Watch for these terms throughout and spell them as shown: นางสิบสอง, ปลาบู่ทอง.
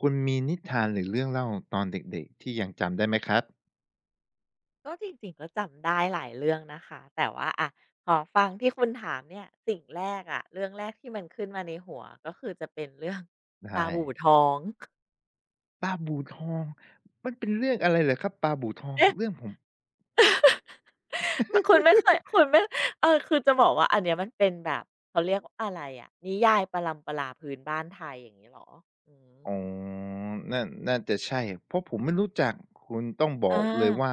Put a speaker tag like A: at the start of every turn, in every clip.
A: คุณมีนิทานหรือเรื่องเล่าตอนเด็กๆที่ยังจำได้ไหมครับ
B: ก็จริงๆก็จำได้หลายเรื่องนะคะแต่ว่าอะพอฟังที่คุณถามเนี่ยสิ่งแรกอะเรื่องแรกที่มันขึ้นมาในหัวก็คือจะเป็นเรื่อง
A: ได้
B: ตาบู่ทอง
A: ปลาบู่ทองมันเป็นเรื่องอะไรเหรอครับปลาบู่ทอง
B: เอ๊ะ
A: เรื่องผม
B: มคุณไม่เคยคุณไม่คือจะบอกว่าอันเนี้ยมันเป็นแบบเขาเรียกว่าอะไรอะนิยายปรัมปราพื้นบ้านไทยอย่างงี้เหรออืม
A: อ๋อน่าน่าจะใช่เพราะผมไม่รู้จักคุณต้องบอ
B: อา
A: กเลยว่า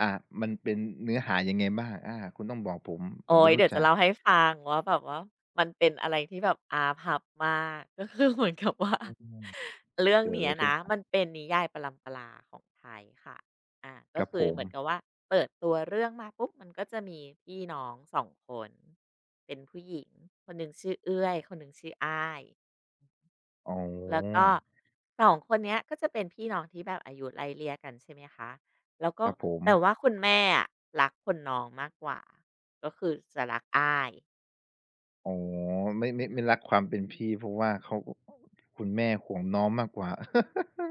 A: อ่ามันเป็นเนื้อหายังไงบ้างอาคุณต้องบอกผมผ
B: โอ๊
A: มไม่
B: ย
A: รู้
B: เดี๋ยวจะ
A: จัก
B: เล่าให้ฟังว่าแบบว่ามันเป็นอะไรที่แบบพับมาก ก็คือเหมือนกับว่า
A: อื ม
B: เรื่อง
A: เกิดอะ
B: เนี้
A: ไร
B: ย
A: ขึ้น
B: นะ
A: ครั
B: มัน
A: บ
B: เป็นนิยายปรัมปราของไทยค่ะ
A: ค
B: ก็
A: รับ
B: คื
A: ผ
B: อ
A: ม
B: เหมือนกับว่าเปิดตัวเรื่องมาปุ๊บมันก็จะมีพี่น้องสองคนเป็นผู้หญิงคนหนึ่งชื่อเอื้อยคนหนึ่งชื่ออ้าย
A: อ๋
B: แล้วก็
A: อ
B: สองคนเนี้ยก็จะเป็นพี่น้องที่แบบอายุไล่เลี่ยกันใช่ไหมคะแล้ว
A: ค
B: ก็
A: รับผม
B: แต่ว่าคุณแม่อะรักคนน้องมากกว่าก็คือจะรักอ้าย
A: อ๋อไม่
B: อื
A: ไม่ไม่รัก
B: ม
A: ความเป็นพี่เพราะว่าเขาคุณแม่ห่วงน้องมากกว่า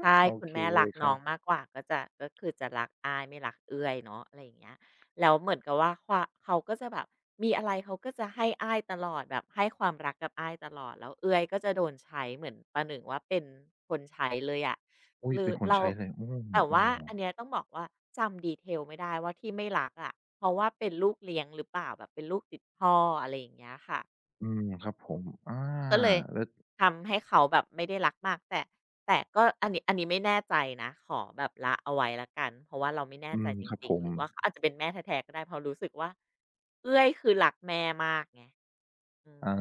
B: ใช่
A: โอ
B: คุณ
A: เค
B: แม่
A: เล
B: รัก
A: ยค
B: น้
A: รั
B: อง
A: บ
B: มากกว่าก็จะก็คือจะรักอ้ายไม่รักเอื้อยเนาะอะไรอย่างเงี้ยแล้วเหมือนกับว่าควาเขาก็จะแบบมีอะไรเขาก็จะให้อ้ายตลอดแบบให้ความรักกับอ้ายตลอดแล้วเอื้อยก็จะโดนใช้เหมือนประหนึ่งว่าเป็นคนใช้เลยอะ
A: อุ๊
B: ห
A: ย
B: รือ
A: เป็นคน
B: เรา
A: ใช้เลยโอ้
B: แต่
A: โอ้
B: ว่าอันเนี้ยต้องบอกว่าจำ detail ไม่ได้ว่าที่ไม่รักอะเพราะว่าเป็นลูกเลี้ยงหรือเปล่าแบบเป็นลูกติดพ่ออะไรอย่างเงี้ยค่ะ
A: อืมครับผมอา
B: ก็เลย
A: แล้ว
B: ทำให้เขาแบบไม่ได้รักมากแต่ก็อันนี้ไม่แน่ใจนะขอแบบละเอาไว้แล้วกันเพราะว่าเราไม่แน่
A: อื
B: ใจ
A: ม
B: จ
A: ครับ
B: ริ
A: ผ
B: งๆ
A: ม
B: หรือว่าเขาอาจจะเป็นแม่แท้ๆก็ได้เพราะรู้สึกว่าเอื้อยคือรักแม่มากไงอืม
A: อา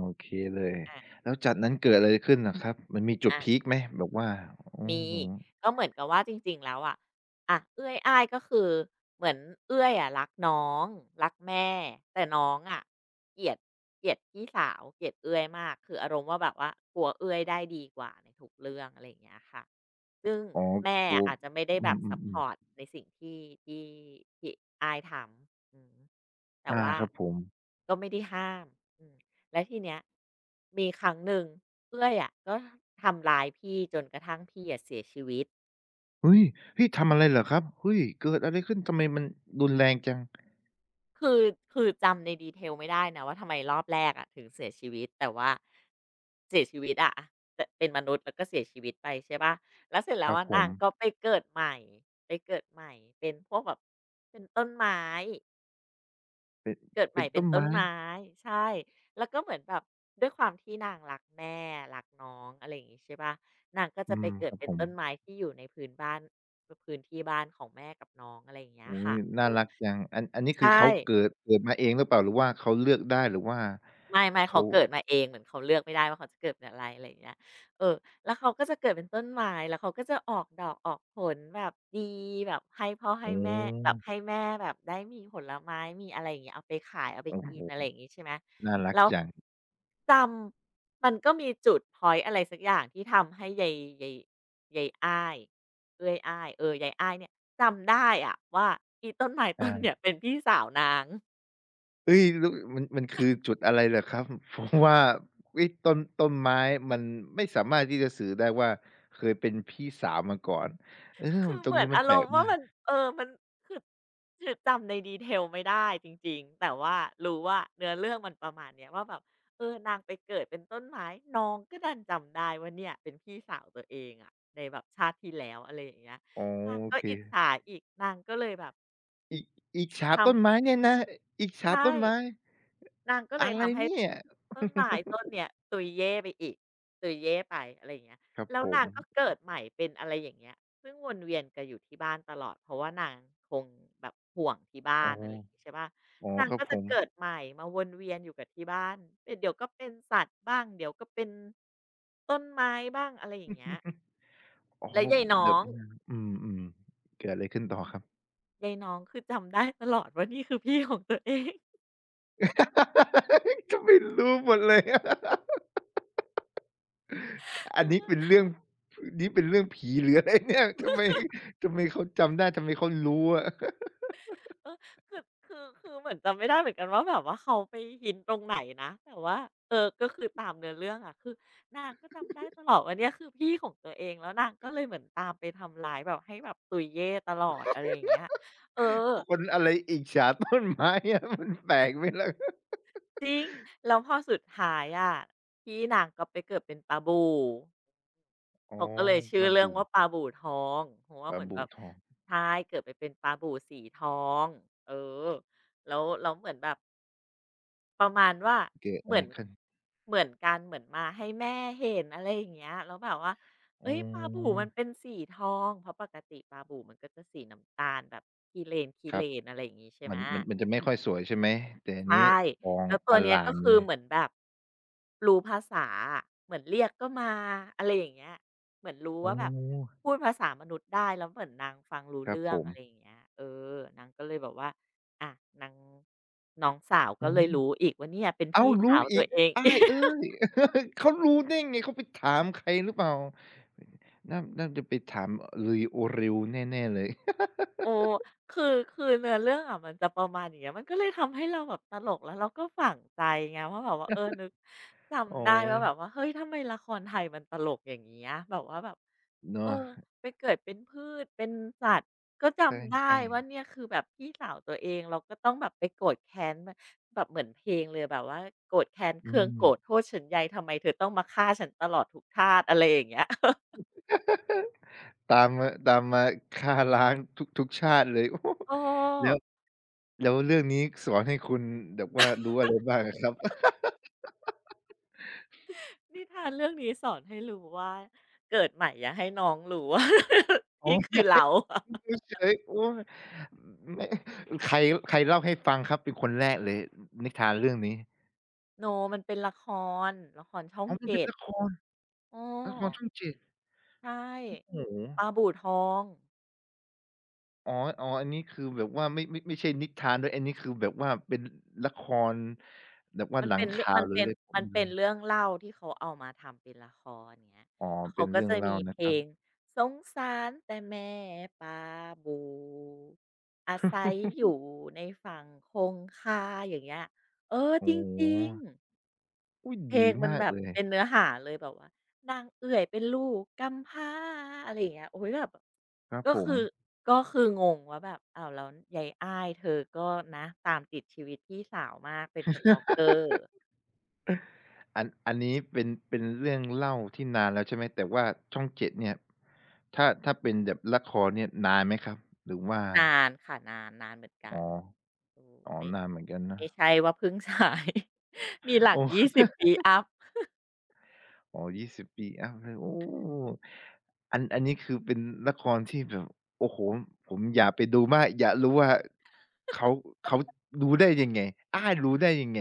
A: โอเคเลย
B: อา
A: แล้วจากนั้นเกิดอะไรขึ้นน่ะครับมันมีจุดพี
B: อา
A: กไหมแบบว่าอือ
B: มี
A: ฮึ
B: ก็เหมือนกับว่าจริงๆแล้วอะเอื้อยอ้ายก็คือเหมือนเอื้อยอะรักน้องรักแม่แต่น้องอะเกลียดเกลียดพี่สาวเกลียดเอื้อยมากคืออารมณ์ว่าแบบว่ากลัวเอื้อยได้ดีกว่าในทุกเรื่องอะไรอย่างเงี้ยค่ะซึ่ง
A: อ๋อ
B: แม่
A: กลัว
B: อาจจะไม่ได้
A: อื
B: แบบซัปพ
A: ม
B: อ
A: ๆ
B: ร์ต
A: ๆ
B: ในสิ่งที่ที่ที่อ้ายทำอือฮึแต่
A: อา
B: ว่า
A: ครับผม
B: ก็ไม่ได้ห้ามอืมแล้วทีเนี้ยมีครั้งหนึ่ง เอื้อยอะก็ทำร้ายพี่จนกระทั่งพี่อะเสียชีวิต
A: เฮ้ยเฮ้ยทำอะไรเหรอครับเฮ้ยเกิดอะไรขึ้นทำไมมันรุนแรงจัง
B: คือคือจำในดีเทลไม่ได้นะว่าทำไมรอบแรกอะถึงเสียชีวิตแต่ว่าเสียชีวิตอะแต่เป็นมนุษย์แล้วก็เสียชีวิตไปใช่เปล่าแล้วเสร็จ
A: ค
B: แล้ว
A: รับ
B: อะ
A: ผ
B: นา
A: ม
B: งก็ไปเกิดใหม่ไปเกิดใหม่เป็นพวกแบบเป็นต้นไม้
A: เป็น
B: เกิดให
A: เป็
B: ม่
A: น
B: เป็
A: ต้
B: น
A: น
B: ต้น
A: ไม้
B: ไม้ใช่แล้วก็เหมือนแบบด้วยความที่นางรักแม่รักน้องอะไรอย่างงี้ใช่เปล่านางก็
A: อื
B: จะไป
A: ม
B: เกิ
A: ค
B: ด
A: รับ
B: เป็
A: ผ
B: น
A: ม
B: ต้นไม้ที่อยู่ในพื้นบ้านพพื้นที่บ้านของแม่กับน้องอะไรอย่างเงี้ย
A: โอ้ย
B: ค่ะเอ
A: น่า
B: อ
A: รักจังอันนี้
B: ใช
A: คือ
B: ่
A: เขาเกิดมาเองหรือเปล่าหรือว่าเขาเลือกได้หรือว่า
B: ไม่
A: เขา
B: เขาเกิดมาเองเหมือนเขาเลือกไม่ได้ว่าเขาจะเกิดเป็นอะไรอะไรอย่างเงี้ยเออแล้วเขาก็จะเกิดเป็นต้นไม้แล้วเขาก็จะออกดอกออกผลแบบดีแบบให้พ่อให้
A: อื
B: แม่แบบให้
A: ม
B: แม่แบบได้มีผลไม้มีอะไรอย่างเงี้ยเอาไปขายเอาไป
A: โอ้ค่ะ
B: กิ
A: โ
B: นอะไรอ
A: ฮ
B: ย่างงี้ใช่ไหม
A: น่ารัก
B: แล้ว
A: จัง
B: จำมันก็มีจุดพอย์อะไรสักอย่างที่ทำให้ยายยายยายอ้ายเอ้อยอ้ายเออยายอ้ายเนี่ยจำได้อะว่าอีต้นไม้ต้
A: อา
B: นเนี่ยเป็นพี่สาวนาง
A: เฮ้ยแล้วมันมันคือจุดอะไรเหรอครับ เพราะว่าเฮ้ยต้นไม้มันไม่สามารถที่จะสื่อได้ว่าเคยเป็นพี่สาวมาก่อนเออ
B: คือ
A: ตร
B: เห
A: ง
B: มือ
A: นี้
B: น
A: มัน
B: อา
A: แป
B: ร
A: ล
B: ม
A: ก
B: ณ์ว่า
A: มา
B: มัน
A: ก
B: มันคือคือจำในดีเทลไม่ได้จริงๆแต่ว่ารู้ว่าเนื้อเรื่องมันประมาณเนี้ยว่าแบบเออนางไปเกิดเป็นต้นไม้น้องก็ดันจำได้ว่าเนี่ยเป็นพี่สาวตัวเองอะในแบบชาติที่แล้วอะไรอย่างเงี้ย
A: อ๋อ
B: นาง
A: โอ
B: ก็
A: เค
B: อิจฉาอีกนางก็เลยแบบ
A: อิอิจฉาต้
B: ทำ
A: นไม้เนี่ยนะอิจฉา
B: ใช่
A: ต้นไม้
B: นางก็เล
A: อะ
B: ย
A: ไร
B: ทำให้
A: เนี่ย
B: ต้นไม้ ต้นเนี้ยตุยเย่ไปอีกตุยเย่ไปอะไรอย่างเงี้ย
A: ครับ
B: แล้ว
A: ผม
B: นางก็เกิดใหม่เป็นอะไรอย่างเงี้ยซึ่งวนเวียนกันอยู่ที่บ้านตลอดเพราะว่านางคงแบบห่วงที่บ้า
A: อ๋อ
B: นอะไรอย่างงี้ใช่เปล่า
A: อ๋อ
B: นาง
A: ครับ
B: ก็
A: ผ
B: จะ
A: ม
B: เกิดใหม่มาวนเวียนอยู่กับที่บ้านเป็นเดี๋ยวก็เป็นสัตว์บ้างเดี๋ยวก็เป็นต้นไม้บ้างอะไรอย่างเงี้ย
A: อ๋อ
B: แล้วยายน้อ
A: เดี๋ยว
B: ง
A: อืมเกิดอะไรขึ้นต่อครับ
B: ยายน้องคือจำได้ตลอดว่านี่คือพี่ของตัวเอง
A: ก็ไม่รู้หมดเลย อันนี้เป็นเรื่องนี่เป็นเรื่องผีหรืออะไร เนี่ยทำไมเขาจำได้ทำไมเขารู้อะ
B: เออคือคือเหมือนจำไม่ได้เหมือนกันว่าแบบว่าเขาไปหินตรงไหนนะแต่ว่าเออก็คือตามเนื้อเรื่องอะคือนางก็จำได้ตลอดว่าเนี่ยคือพี่ของตัวเองแล้วนางก็เลยเหมือนตามไปทำร้ายแบบให้แบบตุยเย่ตลอดอะไรอย่างเงี้ยเออ
A: คนอะไรอิจฉาต้นไม้อะ มันแปลกไหมล่ะ
B: จริงแล้วพอสุดท้ายอะพี่นางก็ไปเกิดเป็นปลาบู่
A: อ๋อ
B: เขาก็เลย
A: ป
B: ชื่อ
A: ลา
B: เรื่อง
A: บู่
B: ว่าปลาบู่ทองเพราะว่า
A: ป
B: เห
A: ลา
B: มือนแบ
A: บู่
B: บ
A: ทอง
B: ใช่เกิดไปเป็นปลาบู่สีทองเออแล้วเหมือนแบบ ประมาณว่า
A: เกิด
B: เห
A: อะ
B: มื
A: ไร
B: อน
A: ขึ้น
B: เหมือนกันเหมือนมาให้แม่เห็นอะไรอย่างเงี้ยแล้วแบบว่า
A: อ๋
B: เอ้ยปลาบู่
A: อ
B: มันเป็นสีทองเพราะปกติปลาบู่มันก็จะสีน้ำตาลแบบขี้เ
A: ครั
B: ล
A: บ
B: นอะไรอย่างงี้ใช่
A: มั
B: ไหม
A: นมันมันจะไม่ค่อยสวยใช่ไหมแต่อัน
B: ใช่
A: นี้ทอง
B: แล้วตั
A: อ
B: วเนี้ย
A: ร่า
B: ก็
A: มเล
B: คือ
A: ย
B: เหมือนแบบ รู้ภาษาอะเหมือนเรียกก็มาอะไรอย่างเงี้ยเหมือนรู้
A: อ๋
B: ว่าแบบ
A: อ
B: พูดภาษามนุษย์ได้แล้วเหมือนนางฟังรู้
A: ครับ
B: เรื่อ
A: ผ
B: ง
A: ม
B: อะไรอย่างเงี้ยเออนางก็เลยแบบว่าอะนางน้องสาว
A: อ๋
B: ก็
A: อ
B: เลยรู้อีกว่าเนี่ยเป็น
A: อ้า
B: พี่
A: ว
B: สา
A: รู้
B: วตั
A: อี
B: ว
A: ก
B: เอง
A: อ้ายเอ้ ย เขารู้ได้ไงเขาไปถามใครหรือเปล่าน่าจะไปถามเอ่ยโอริวแน่ๆเลย
B: โอ้คือคือเนื้อเรื่องอะมันจะประมาณอย่างเงี้ยมันก็เลยทำให้เราแบบตลกแล้วเราก็ฝังใจไงว่าแบบว่าเออนึก
A: อ๋อ
B: จำได้ว่าแบบว่าเฮ้ยทำไมละครไทยมันตลกอย่างเงี้ยแบบว่าแบบ เออ
A: เนาะ
B: ไปเกิดเป็นพืชเป็นสัตว์ก็จำได้
A: ใช่
B: ว่าเนี่ยคือแบบพี่สาวตัวเองเราก็ต้องแบบไปโกรธแค้นมแบบเหมือนเพลงเลยแบบว่าโกรธแค้น
A: ๆอื
B: เคือง
A: ม
B: โกรธโทษฉันใยทำไมเธอต้องมาฆ่าฉันตลอดทุกทาสอะไรอย่างเงี้ย
A: ตามมาตามมาฆ่าล้างทุกชาติเลย โอ้โฮ
B: เ
A: แล้ว
B: ออ
A: แล้วเรื่องนี้สอนให้คุณแบบว่ารู้อะไรบ้างอะครับ
B: นิทานเรื่องนี้สอนให้รู้ว่าเกิดใหม่อย่าให้น้องรู้ว่า
A: อ๋ อ
B: นี่
A: อ
B: คือ
A: ยา
B: เรา
A: ยดูเฉยโอ้ยไม่ใครใครเล่าให้ฟังครับเป็นคนแรกเลยนิทานเรื่องนี้
B: โนมันเป็นละครละครช่อง
A: อ๋อมันเป็น
B: 7
A: ละคร
B: เออ
A: ละครช่องเจ็ด
B: ใช่
A: โอ้โฮ
B: ปลาบู่ทอง
A: อ๋ออ๋ออันนี้คือแบบว่าไม่ใช่นิทานด้วยอันนี้คือแบบว่าเป็นละครแบบว่า
B: มัน
A: หลัง
B: เป็นเรื่อง
A: ข่าว
B: มัน
A: หรือ
B: เป็น
A: อะไร
B: มัน
A: เล
B: เป็น
A: ย
B: เรื่องเล่าที่เขาเอามาทำเป็นละครอเงี้ย
A: อ๋อ
B: แล้ว
A: เป็
B: เขา
A: น
B: ก็
A: เรื่อง
B: จะ
A: เล่า
B: มีเพ
A: นะค
B: ล
A: รับ
B: งสงสารแต่แม่ปลาบูอาศัยอ ยู่ในฝั่งคงคาอย่างเงี้ยเออจริง
A: โออ
B: ๆ
A: ุ๊ย
B: เพล
A: ดี
B: งมัน
A: มาก
B: แบบ
A: เลย
B: เป็นเนื้อหาเลยแบบว่านางเอื่อยเป็นลูกกำพร้าอะไรอย่างเงี้ยโอ้ยแบบ
A: ครับ
B: ก็
A: ผ
B: คื
A: ม
B: อก็คืองงว่าแบบอ้าวแล้วยายอ้ายเธอก็นะตามติดชีวิตพี่สาวมากเป็น stalker
A: อันนี้เป็นเรื่องเล่าที่นานแล้วใช่ไหมแต่ว่าช่องเจดเนี่ยถ้าเป็นแบบละครเนี่ยนานไหมครับหรือว่า
B: นานค่ะนานเหมือนกั
A: อ๋อ
B: นเออ
A: อ๋อ
B: ไม่
A: นานเหมือนกันนะ
B: ไม่ใช่ว่าเพิ่ง ฉายมีห ลั
A: โอ้
B: ก20ปี อัพ
A: อ๋อยี่สิบปีอัปเลยโอ้อันนี้คือเป็นละครที่แบบโอ้โหผมอยากไปดูมากอยากรู้ว่าเขาเขารู้ได้ยังไงอ้ายรู้ได้ยังไง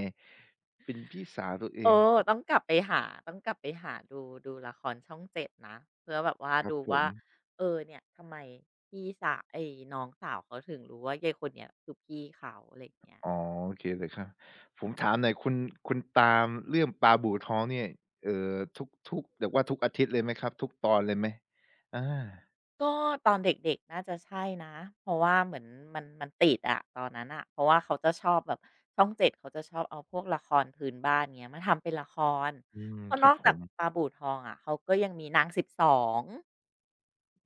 A: เป็นพี่สาวตัวเอ
B: เอ
A: ง
B: อต้องกลับไปหาดูดูละครช่องเจ็ดนะเพื่อแบบว่า
A: ครับ
B: ดู
A: ผ
B: ว่า
A: ม
B: เออเนี่ยทำไมพี่สาไอ้น้องสาวเขาถึงรู้ว่ายายคนเนี้ยคือพี่เขาอะไรอย่างเงี้ย
A: อ๋อโอเคเลยครับผมถามหน่อยคุณคุณตามเรื่องปลาบู่ท้องเนี่ยเอ่อทุกแบบว่าทุกอาทิตย์เลยไหมครับทุกตอนเลยไหมอา
B: ก็ตอนเด็กๆน่าจะใช่นะเพราะว่าเหมือนมันติดอะตอนนั้นอะเพราะว่าเขาจะชอบแบบช่อง7เขาจะชอบเอาพวกละครพื้นบ้านเงี้ยมาทำเป็นละคร
A: อืม
B: ก็
A: ค
B: น
A: รับ
B: อก
A: ผ
B: จาก
A: ม
B: ปลาบู่ทองอะเขาก็ยังมีนางสิบสอง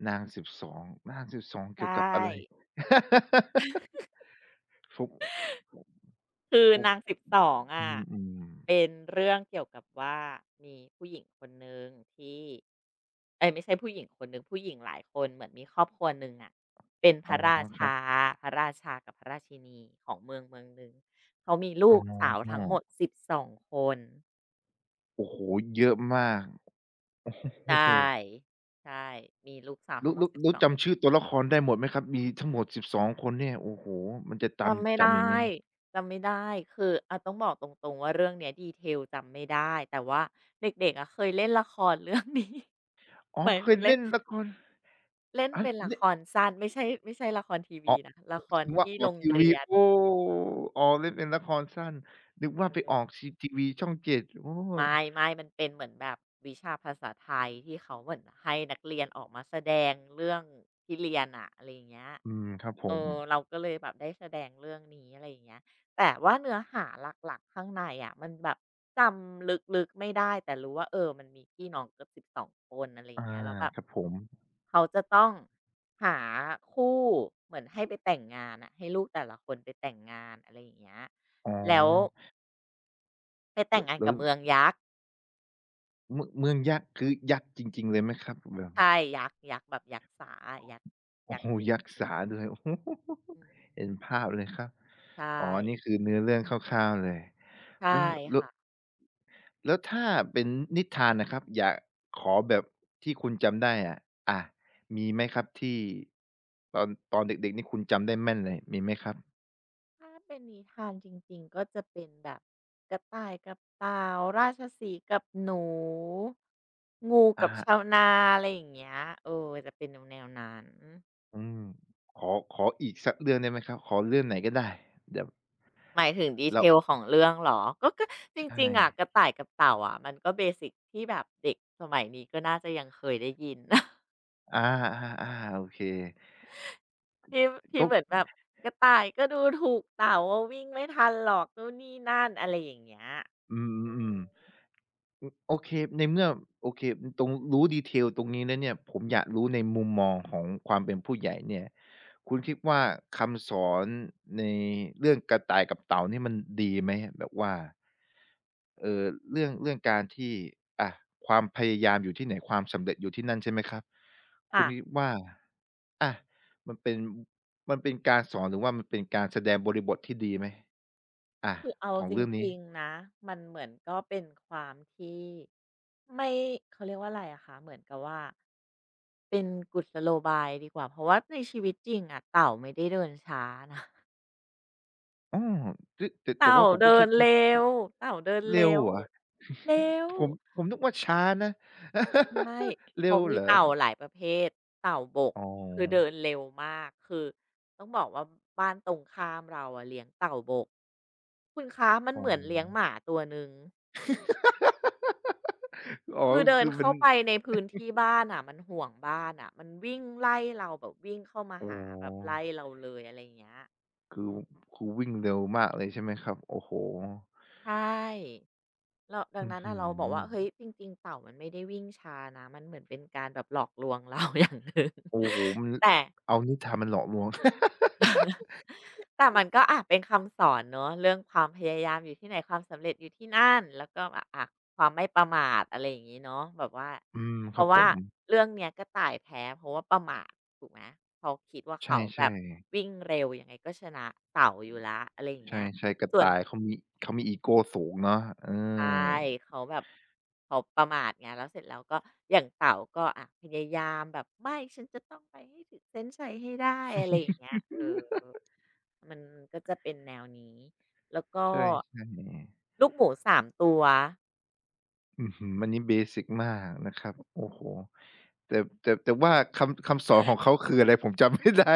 A: นาง12นาง12เกี่ย
B: ใช่
A: วกับอะไร ผม
B: คือ
A: ผม
B: นาง12องอ่ะ
A: อืม
B: เป็นเรื่องเกี่ยวกับว่ามีผู้หญิงคนหนึ่งที่ เอ๊ยไม่ใช่ผู้หญิงคนหนึ่งผู้หญิงหลายคนเหมือนมีครอบครัวหนึ่งอะเป็น
A: ๆ
B: พ
A: อ๋อ
B: ระรา
A: ครั
B: ชา
A: บ
B: พระราชากับพระราชินีของเมืองเมืองหนึ่งเขามีลู
A: อ๋
B: กสาวทั้ง
A: อ
B: หมด12คน
A: โอ้โฮเยอะมาก โอ้
B: ใช
A: โฮ
B: ่ใช่มีลูกสาวทั้งหมดสิบ
A: แล้
B: ส
A: ว
B: อ2
A: จำชื่อตัวละครได้หมดไหมครับมีทั้งหมด12คนเนี่ยโอ้โฮมันจะ
B: จำไม่ได้
A: จำยังไง
B: จำไม่ได้คืออาต้องบอกตรงๆว่าเรื่องเนี้ย d e t a i จำไม่ได้แต่ว่าเด็กๆอะเคยเล่นละครเรื่องนี้
A: อ๋ อ
B: หมาย
A: เค
B: ถึ
A: ย
B: งเล่น
A: เล่นละคร
B: เล่น
A: อา
B: เป็นละค
A: นี่
B: รสั้นไม่ใช่ละครที
A: อ๋อ
B: วีนะละคร
A: นึกว่า
B: ที่
A: ออ
B: โร
A: ก
B: ง
A: ทีวี
B: เรียน
A: โอ้อ๋อเล่นเป็นละครสั้นนึกว่าไป
B: เอ
A: ออก
B: อ
A: ชีทีวีช่อง7โอ้
B: ไม่ไมมันเป็นเหมือนแบบวิชาภาษาไทยที่เขาเหมือนให้นักเรียนออกมาแสดงเรื่องที่เรียนอะอะไรอย่างเงี้ย
A: อืมครับผ
B: เอ
A: ม
B: อเราก็เลยแบบได้แสดงเรื่องนี้อะไรอย่างเงี้ยแต่ว่าเนื้อหาหลักๆข้างในอะมันแบบจำลึกๆไม่ได้แต่รู้ว่าเออมันมีพี่น้องเกือบ12คนอะไรอ
A: อา
B: ย่างเงี้ยแล้วแบบ
A: ครับผม
B: เขาจะต้องหาคู่เหมือนให้ไปแต่งงานอะให้ลูกแต่ละคนไปแต่งงานอะไรอย่างเงี้ย
A: อ๋อ
B: แล้วไปแต่งงาน
A: แล้
B: กั
A: ว
B: บเมืองยักษ์
A: เมืองยักษ์คือยักษ์จริงๆเลยไหมครับแบบ
B: ใช่ยักษ์แบบยักษ์สาอะ
A: โอ้
B: ยัก
A: โฮ
B: ษ์จร
A: ยักษ์
B: ิง
A: สา
B: ๆ
A: ด้วย โอ้โฮ
B: อืม
A: เห็นภาพเลยครับ
B: ใช่
A: อ๋อนี่คือเนื้อเรื่องคร่าวๆเลย
B: ใช่
A: แล้วแล้ว
B: ค่ะ
A: แล้วถ้าเป็นนิทานนะครับอยากขอแบบที่คุณจำได้อะอามีไหมครับที่ตอนเด็กๆนี่คุณจำได้แม่นเลยมีไหมครับ
B: ถ้าเป็นนิทานจริงๆก็จะเป็นแบบกระต่ายกับเต่าราชสีห์กับหนูงู
A: อะ
B: กับ
A: ฮะ
B: ชาวนาอะไรอย่างเงี้ยเออจะเป็นแนวๆนั้น
A: อืมขออีกสักเรื่องได้ไหมครับขอเรื่องไหนก็ได้แบบ
B: หมายถึง
A: แล้ว
B: detail ของเรื่องเหรอก็จ
A: ใช
B: ริงๆอะกระ
A: ่
B: ต่ายกับเต่าอะมันก็เบสิกที่แบบเด็กสมัยนี้ก็น่าจะยังเคยได้ยิน
A: อาๆๆโอเค
B: ที่ที่
A: ก็
B: เหมือนแบบกระต่ายก็ดูถูกเต่าว่าวิ่งไม่ทันหรอกนู่นนี่นั่นอะไรอย่างเงี้ย
A: อื
B: อืม
A: มๆ อืมโอเคในเมื่อโอเคตรงรู้ detail ตรงนี้แล้วเนี่ยผมอยากรู้ในมุมมองของความเป็นผู้ใหญ่เนี่ยคุณคิดว่าคำสอนในเรื่องกระต่ายกับเต่านี่มันดีไหมแบบว่าเอ่อเรื่องการที่อะความพยายามอยู่ที่ไหนความสำเร็จอยู่ที่นั่นใช่ไหมครับคุ
B: ค่ะ
A: ณคิดว่าอะมันเป็นมันเป็นการสอนหรือว่ามันเป็นการแสดงบริบทที่ดีไหมอะ
B: คือเอา
A: ของ
B: จ
A: เรื่องนี้
B: ริงๆนะมันเหมือนก็เป็นความที่ไม่เขาเรียกว่าอะไรอะคะเหมือนกับว่าเป็นกุศโลบายดีกว่าเพราะว่าในชีวิตจริงอะเต่าไม่ได้เดินช้านะ
A: อ้อแต่
B: เต่า
A: ว่าผมก็
B: เดิ
A: คิ
B: น
A: ดว่า
B: เร็วเต่าเดิน
A: เร็ว
B: เร็ว
A: เหรอ
B: เร็ว
A: ผมนึกว่าช้านะ
B: ใช่
A: เร็
B: เขา
A: ว
B: มี
A: เหรอ
B: เต่าหลายประเภทเต่าบก
A: อ๋อ
B: คือเดินเร็วมากคือต้องบอกว่าบ้านตรงข้ามเราอะเลี้ยงเต่าบกคุณคะมัน
A: อ๋อ
B: เหมือนเลี้ยงหมาตัวหนึ่ง
A: อ๋อ
B: คือเดิน
A: คือมั
B: เข้า
A: น
B: ไปในพื้นที่บ้านอะมันห่วงบ้านอะมันวิ่งไล่เราแบบวิ่งเข้ามา
A: อ๋
B: หาแบบ
A: อ
B: ไล่เราเลยอะไรอย่างเงี้ย
A: คือคือวิ่งเร็วมากเลยใช่ไหมครับโอ้โฮ
B: ใช่เราดัง
A: อื้อ
B: นั้น
A: ฮื
B: น่ะ
A: อ
B: เราบอกว่าเฮ้ยจริงๆเต่ามันไม่ได้วิ่งช้านะมันเหมือนเป็นการแบบหลอกลวงเรา อย่างหนึ่ง
A: โอ้โฮมัน
B: แต่
A: เอานิทานมาหลอกลวง
B: แต่มันก็อาจเป็นคำสอนเนอะเรื่องความพยายามอยู่ที่ไหนความสำเร็จอยู่ที่นั่นแล้วก็แบบความไม่ประมาทอะไรอย่างงี้เนาะแบบว่า
A: อืม
B: เพ
A: ครับ
B: ราะ
A: ผ
B: ว่า
A: ม
B: เรื่องเนี้ยก็ต่ายแพ้เพราะว่าประมาทถูกไหมเขาคิดว่าเขาแบบ
A: ใช่ๆ
B: วิ่งเร็วยังไงก็ชนะเต่าอยู่แล้วอะไรอย่าง
A: ใ
B: เงี้ย
A: ช่ๆกระ
B: ส่วน
A: ต่ายเขามีเขามีอีโกสูงเนาะเอ
B: ใช่
A: อ
B: เขาแบบเขาประมาทไงแล้วเสร็จแล้วก็อย่างเต๋าก็อะพยายามแบบไม่ฉันจะต้องไปให้ถึงเส้นชัยให้ได้อะไรอย่างเงี้ยเออมันก็จะเป็นแนวนี้แล้วก็
A: ใช่ๆ
B: ลูกหมูสามตัว
A: อื้อฮืออันนี้เบสิกมากนะครับโอ้โฮแต่แต่ว่าคำสอนของเขาคืออะไร ผมจำไม่ได้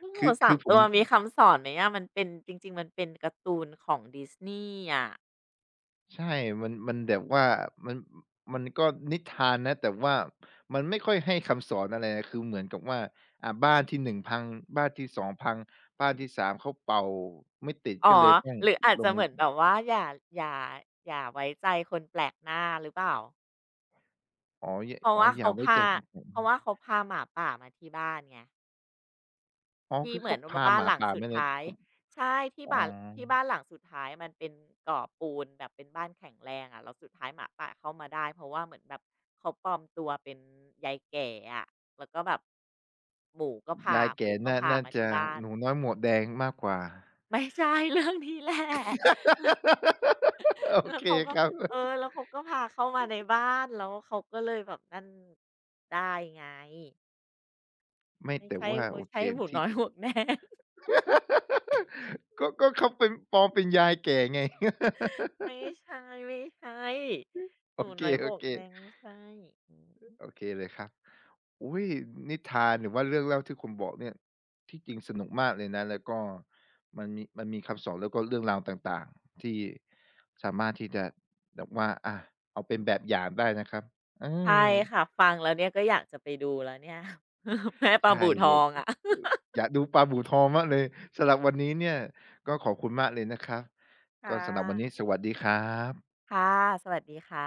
B: ลูก หมูสา
A: คื
B: ม
A: อผ
B: ตั
A: ม
B: วมีคำสอนไหมอะมันเป็นจริงๆมันเป็นการ์ตูนของดิสนีย์อะ
A: ใช่มันมันแบบว่ามันมันก็นิทานนะแต่ว่ามันไม่ค่อยให้คำสอนอะไรนะคือเหมือนกับว่าอ่าบ้านที่1พังบ้านที่2พังบ้านที่3เขาเป่าไม่ติด
B: อ๋อ
A: ก็เลยต้อง
B: หรืออาจ
A: ล
B: จะ
A: ง
B: เหมือนแบบว่าอย่าอย่าอย่าไว้ใจคนแปลกหน้าหรือเปล่า
A: อ๋อย
B: เพราะ
A: อ๋อ
B: ว่า
A: อย่า
B: เขา
A: ไว้ใจ
B: พาเพราะว่า เขาพาหมาป่ามาที่บ้านไง
A: อ๋อ
B: ที่
A: คือ
B: เหมือ
A: เขา
B: นว่า
A: พา
B: บ้า
A: ห
B: น
A: มา
B: หลัง
A: ป่า
B: สุด
A: มาเลย
B: ท้าย
A: ผม
B: ใช่ที่
A: อ๋อ
B: บ้านหลังสุดท้ายมันเป็นก่อปูนแบบเป็นบ้านแข็งแรงอะแล้วสุดท้ายหมาป่าเข้ามาได้เพราะว่าเหมือนแบบเขาปลอมตัวเป็นยายแก่อะแล้วก็แบบหมูก็พา
A: ยายแก่น่า
B: มา
A: จะ
B: ที่บ้าน
A: หนูน้อยหม วกแดงมากกว่า
B: ไม่ใช่ เรื่องนี้แหละ
A: โอ
B: แล้ว
A: เค
B: เขาก็
A: ครับ
B: เออแล้วเขาก็พาเข้ามาในบ้านแล้วเขาก็เลยแบบนั่นได้ไง
A: ไม่
B: ไม่
A: แต่
B: ใช่
A: ว่า
B: ไม่
A: โอเค
B: ใช่หมูน้อยห
A: ที่
B: มวกแดง
A: ก็เขาเป็นปลอมเป็นยายแก่ไง
B: ไม่ใช่ไม่ใช่ห
A: โอ
B: นูน้อยโบก
A: เค
B: แมงไม่ใช่อืม
A: ๆโอเคเลยครับอุ๊ยนิทานหรือว่าเรื่องเล่าที่คุณบอกเนี่ยที่จริงสนุกมากเลยนะแล้วก็มันมันมีคำสอนแล้วก็เรื่องราวต่างๆที่สามารถที่จะแบบว่าอาเอาเป็นแบบอย่างได้นะครับอื
B: ใช่
A: ม
B: ค่ะฟังแล้วเนี่ยก็อยากจะไปดูแล้วเนี่ย แม่ปลา
A: ใช่
B: บู่ท
A: เล
B: อ
A: ย
B: งอะ
A: ออยากดูปลาบู่ทองมากเลยสำหรับวันนี้เนี่ยก็ขอบคุณมากเลยนะครับ
B: ค่
A: ก็สำหรับวันนี้ส
B: ะ
A: วัสดีครับ
B: ค่ะสวัสดีค่ะ